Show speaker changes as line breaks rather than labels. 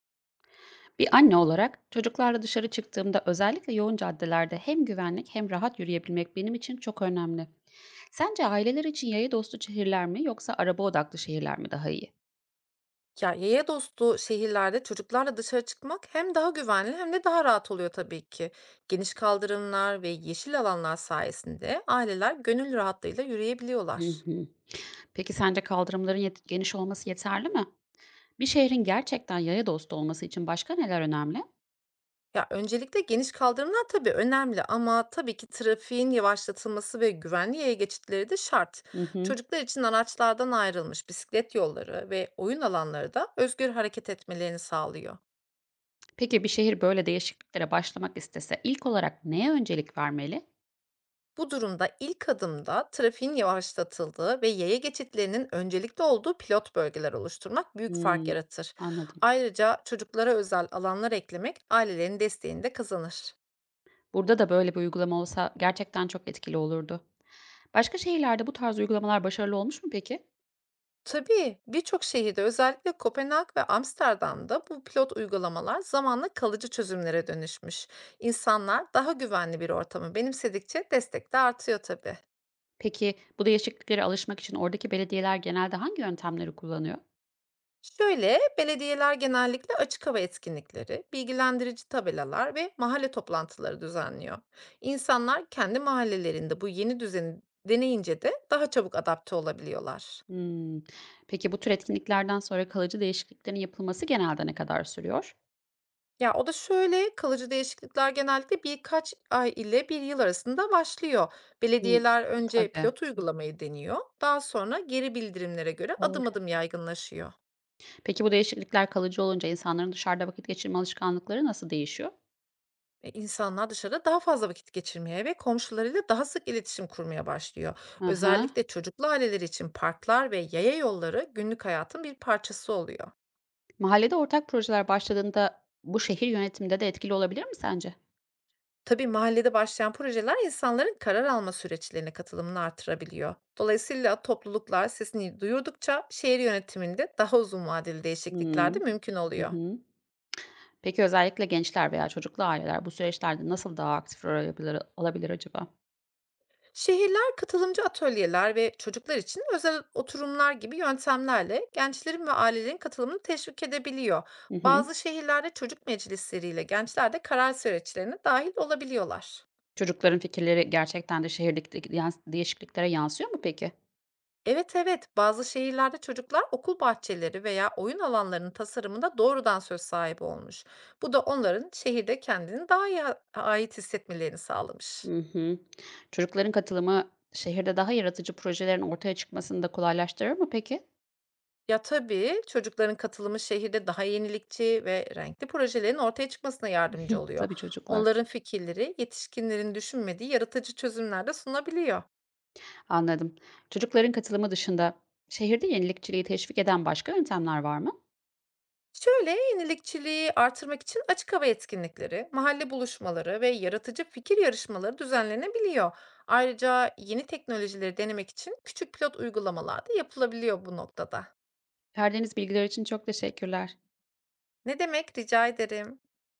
Bir anne olarak çocuklarla dışarı çıktığımda özellikle yoğun caddelerde hem güvenlik hem rahat yürüyebilmek benim için çok önemli. Sence aileler için yaya dostu şehirler mi yoksa araba odaklı şehirler mi daha iyi?
Ya, yaya dostu şehirlerde çocuklarla dışarı çıkmak hem daha güvenli hem de daha rahat oluyor tabii ki. Geniş kaldırımlar ve yeşil alanlar sayesinde aileler gönül rahatlığıyla
Hı
yürüyebiliyorlar.
hı. Peki sence kaldırımların geniş olması yeterli mi? Bir şehrin gerçekten yaya dostu olması için başka neler önemli?
Ya öncelikle geniş kaldırımlar tabii önemli ama tabii ki trafiğin yavaşlatılması ve güvenli yaya geçitleri de şart.
Hı hı.
Çocuklar için araçlardan ayrılmış bisiklet yolları ve oyun alanları da özgür hareket etmelerini sağlıyor.
Peki bir şehir böyle değişikliklere başlamak istese ilk olarak neye öncelik vermeli?
Bu durumda ilk adımda trafiğin yavaşlatıldığı ve yaya geçitlerinin öncelikli olduğu pilot bölgeler oluşturmak büyük fark
Hmm,
yaratır.
anladım.
Ayrıca çocuklara özel alanlar eklemek ailelerin desteğini de kazanır.
Burada da böyle bir uygulama olsa gerçekten çok etkili olurdu. Başka şehirlerde bu tarz uygulamalar başarılı olmuş mu peki?
Tabii birçok şehirde özellikle Kopenhag ve Amsterdam'da bu pilot uygulamalar zamanla kalıcı çözümlere dönüşmüş. İnsanlar daha güvenli bir ortamı benimsedikçe destek de artıyor tabii.
Peki bu değişikliklere alışmak için oradaki belediyeler genelde hangi yöntemleri kullanıyor?
Şöyle, belediyeler genellikle açık hava etkinlikleri, bilgilendirici tabelalar ve mahalle toplantıları düzenliyor. İnsanlar kendi mahallelerinde bu yeni düzeni deneyince de daha çabuk adapte olabiliyorlar.
Hmm. Peki bu tür etkinliklerden sonra kalıcı değişikliklerin yapılması genelde ne kadar sürüyor?
Ya o da şöyle, kalıcı değişiklikler genellikle birkaç ay ile bir yıl arasında başlıyor.
Hmm.
Belediyeler önce
Tabii.
pilot uygulamayı deniyor, daha sonra geri bildirimlere göre
Doğru.
adım adım yaygınlaşıyor.
Peki bu değişiklikler kalıcı olunca insanların dışarıda vakit geçirme alışkanlıkları nasıl değişiyor?
İnsanlar dışarıda daha fazla vakit geçirmeye ve komşularıyla daha sık iletişim kurmaya başlıyor.
Aha.
Özellikle çocuklu aileler için parklar ve yaya yolları günlük hayatın bir parçası oluyor.
Mahallede ortak projeler başladığında bu şehir yönetiminde de etkili olabilir mi sence?
Tabii mahallede başlayan projeler insanların karar alma süreçlerine katılımını artırabiliyor. Dolayısıyla topluluklar sesini duyurdukça şehir yönetiminde daha uzun vadeli değişiklikler
Hmm.
de mümkün
Hı
oluyor.
hı. Peki, özellikle gençler veya çocuklu aileler bu süreçlerde nasıl daha aktif rol alabilir acaba?
Şehirler katılımcı atölyeler ve çocuklar için özel oturumlar gibi yöntemlerle gençlerin ve ailelerin katılımını teşvik edebiliyor.
Hı hı.
Bazı şehirlerde çocuk meclisleriyle gençler de karar süreçlerine dahil olabiliyorlar.
Çocukların fikirleri gerçekten de şehirdeki değişikliklere yansıyor mu peki?
Evet evet, bazı şehirlerde çocuklar okul bahçeleri veya oyun alanlarının tasarımında doğrudan söz sahibi olmuş. Bu da onların şehirde kendini daha iyi ait hissetmelerini sağlamış.
Hı hı. Çocukların katılımı şehirde daha yaratıcı projelerin ortaya çıkmasını da kolaylaştırır mı peki?
Ya, tabii, çocukların katılımı şehirde daha yenilikçi ve renkli projelerin ortaya çıkmasına yardımcı oluyor.
Tabii çocuklar.
Onların fikirleri yetişkinlerin düşünmediği yaratıcı çözümler de sunabiliyor.
Anladım. Çocukların katılımı dışında şehirde yenilikçiliği teşvik eden başka yöntemler var mı?
Şöyle, yenilikçiliği artırmak için açık hava etkinlikleri, mahalle buluşmaları ve yaratıcı fikir yarışmaları düzenlenebiliyor. Ayrıca yeni teknolojileri denemek için küçük pilot uygulamalar da yapılabiliyor bu noktada.
Verdiğiniz bilgiler için çok teşekkürler.
Ne demek, rica ederim.